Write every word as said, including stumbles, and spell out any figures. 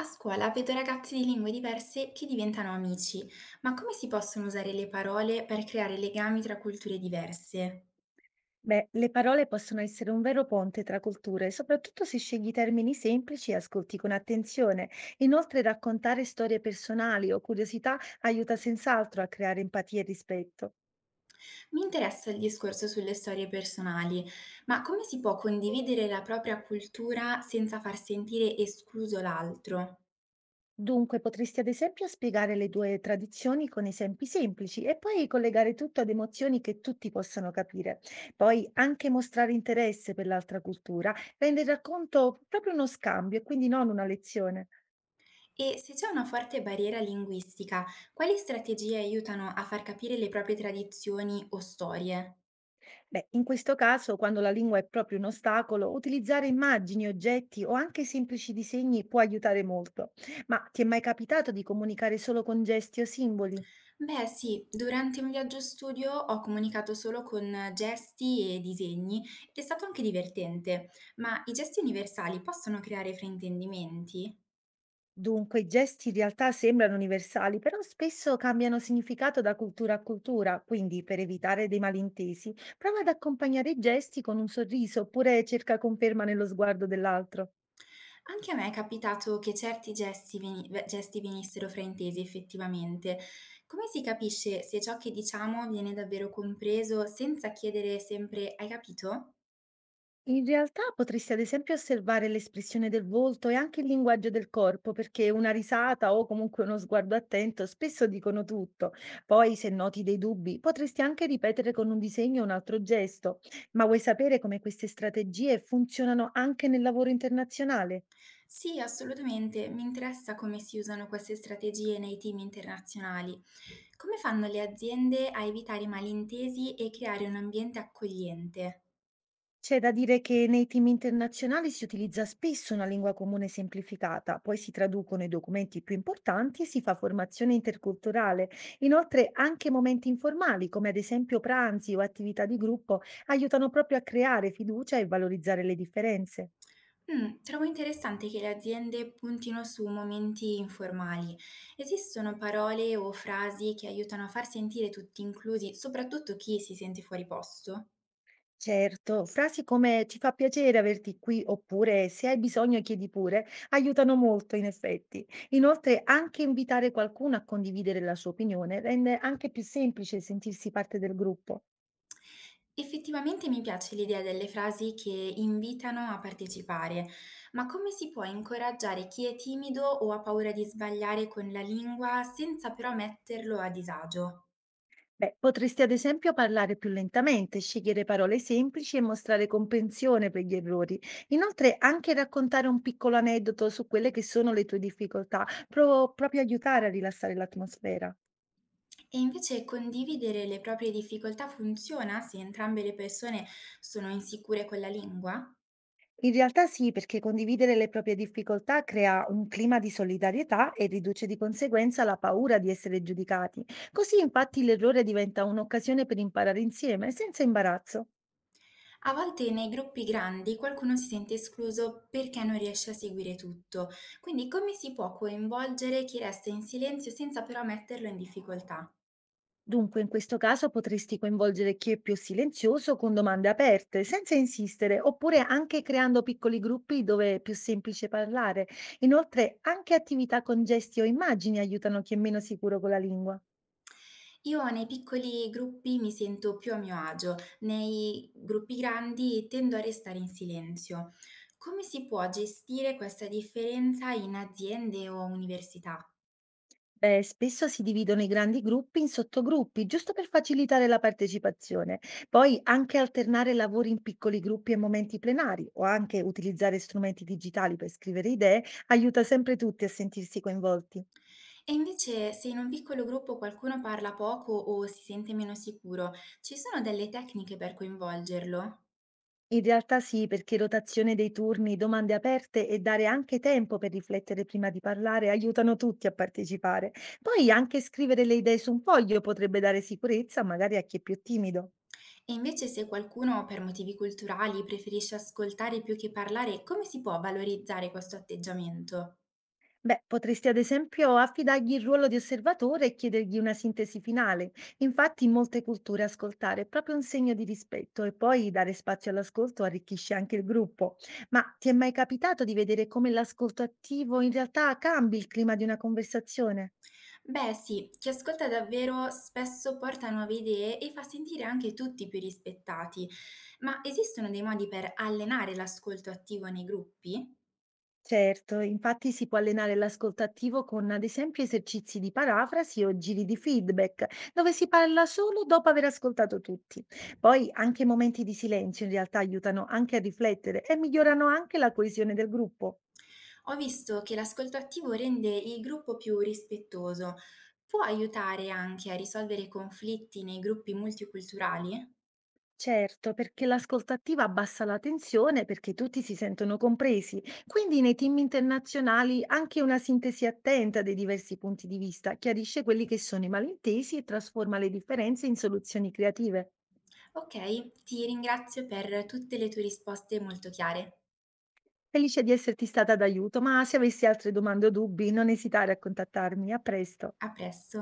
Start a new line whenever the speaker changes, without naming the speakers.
A scuola vedo ragazzi di lingue diverse che diventano amici, ma come si possono usare le parole per creare legami tra culture diverse?
Beh, le parole possono essere un vero ponte tra culture, soprattutto se scegli termini semplici e ascolti con attenzione. Inoltre, raccontare storie personali o curiosità aiuta senz'altro a creare empatia e rispetto.
Mi interessa il discorso sulle storie personali, ma come si può condividere la propria cultura senza far sentire escluso l'altro?
Dunque, potresti ad esempio spiegare le due tradizioni con esempi semplici e poi collegare tutto ad emozioni che tutti possano capire. Poi anche mostrare interesse per l'altra cultura rende il racconto proprio uno scambio e quindi non una lezione.
E se c'è una forte barriera linguistica, quali strategie aiutano a far capire le proprie tradizioni o storie?
Beh, in questo caso, quando la lingua è proprio un ostacolo, utilizzare immagini, oggetti o anche semplici disegni può aiutare molto. Ma ti è mai capitato di comunicare solo con gesti o simboli?
Beh sì, durante un viaggio studio ho comunicato solo con gesti e disegni ed è stato anche divertente, ma i gesti universali possono creare fraintendimenti?
Dunque, i gesti in realtà sembrano universali, però spesso cambiano significato da cultura a cultura, quindi per evitare dei malintesi, prova ad accompagnare i gesti con un sorriso oppure cerca conferma nello sguardo dell'altro.
Anche a me è capitato che certi gesti, veni- ve- gesti venissero fraintesi effettivamente. Come si capisce se ciò che diciamo viene davvero compreso senza chiedere sempre hai capito?
In realtà potresti ad esempio osservare l'espressione del volto e anche il linguaggio del corpo, perché una risata o comunque uno sguardo attento spesso dicono tutto. Poi, se noti dei dubbi, potresti anche ripetere con un disegno un altro gesto. Ma vuoi sapere come queste strategie funzionano anche nel lavoro internazionale?
Sì, assolutamente, mi interessa come si usano queste strategie nei team internazionali. Come fanno le aziende a evitare malintesi e creare un ambiente accogliente?
C'è da dire che nei team internazionali si utilizza spesso una lingua comune semplificata, poi si traducono i documenti più importanti e si fa formazione interculturale. Inoltre anche momenti informali, come ad esempio pranzi o attività di gruppo, aiutano proprio a creare fiducia e valorizzare le differenze.
Mm, trovo interessante che le aziende puntino su momenti informali. Esistono parole o frasi che aiutano a far sentire tutti inclusi, soprattutto chi si sente fuori posto?
Certo, frasi come "ti fa piacere averti qui" oppure "se hai bisogno chiedi pure" aiutano molto in effetti. Inoltre, anche invitare qualcuno a condividere la sua opinione rende anche più semplice sentirsi parte del gruppo.
Effettivamente mi piace l'idea delle frasi che invitano a partecipare, ma come si può incoraggiare chi è timido o ha paura di sbagliare con la lingua senza però metterlo a disagio?
Beh, potresti ad esempio parlare più lentamente, scegliere parole semplici e mostrare comprensione per gli errori. Inoltre, anche raccontare un piccolo aneddoto su quelle che sono le tue difficoltà, pro- proprio aiutare a rilassare l'atmosfera.
E invece condividere le proprie difficoltà funziona se entrambe le persone sono insicure con la lingua?
In realtà sì, perché condividere le proprie difficoltà crea un clima di solidarietà e riduce di conseguenza la paura di essere giudicati. Così infatti l'errore diventa un'occasione per imparare insieme, senza imbarazzo.
A volte nei gruppi grandi qualcuno si sente escluso perché non riesce a seguire tutto, quindi come si può coinvolgere chi resta in silenzio senza però metterlo in difficoltà?
Dunque, in questo caso potresti coinvolgere chi è più silenzioso con domande aperte, senza insistere, oppure anche creando piccoli gruppi dove è più semplice parlare. Inoltre, anche attività con gesti o immagini aiutano chi è meno sicuro con la lingua.
Io nei piccoli gruppi mi sento più a mio agio, nei gruppi grandi tendo a restare in silenzio. Come si può gestire questa differenza in aziende o università?
Beh, spesso si dividono i grandi gruppi in sottogruppi, giusto per facilitare la partecipazione. Poi anche alternare lavori in piccoli gruppi e momenti plenari, o anche utilizzare strumenti digitali per scrivere idee, aiuta sempre tutti a sentirsi coinvolti.
E invece se in un piccolo gruppo qualcuno parla poco o si sente meno sicuro, ci sono delle tecniche per coinvolgerlo?
In realtà sì, perché rotazione dei turni, domande aperte e dare anche tempo per riflettere prima di parlare aiutano tutti a partecipare. Poi anche scrivere le idee su un foglio potrebbe dare sicurezza, magari a chi è più timido.
E invece se qualcuno per motivi culturali preferisce ascoltare più che parlare, come si può valorizzare questo atteggiamento?
Beh, potresti ad esempio affidargli il ruolo di osservatore e chiedergli una sintesi finale. Infatti, in molte culture ascoltare è proprio un segno di rispetto e poi dare spazio all'ascolto arricchisce anche il gruppo. Ma ti è mai capitato di vedere come l'ascolto attivo in realtà cambi il clima di una conversazione?
Beh sì, chi ascolta davvero spesso porta nuove idee e fa sentire anche tutti più rispettati, ma esistono dei modi per allenare l'ascolto attivo nei gruppi?
Certo, infatti si può allenare l'ascolto attivo con ad esempio esercizi di parafrasi o giri di feedback, dove si parla solo dopo aver ascoltato tutti. Poi anche momenti di silenzio in realtà aiutano anche a riflettere e migliorano anche la coesione del gruppo.
Ho visto che l'ascolto attivo rende il gruppo più rispettoso. Può aiutare anche a risolvere conflitti nei gruppi multiculturali?
Certo, perché l'ascolto attivo abbassa la tensione perché tutti si sentono compresi. Quindi nei team internazionali anche una sintesi attenta dei diversi punti di vista chiarisce quelli che sono i malintesi e trasforma le differenze in soluzioni creative.
Ok, ti ringrazio per tutte le tue risposte molto chiare.
Felice di esserti stata d'aiuto, ma se avessi altre domande o dubbi, non esitare a contattarmi. A presto.
A presto.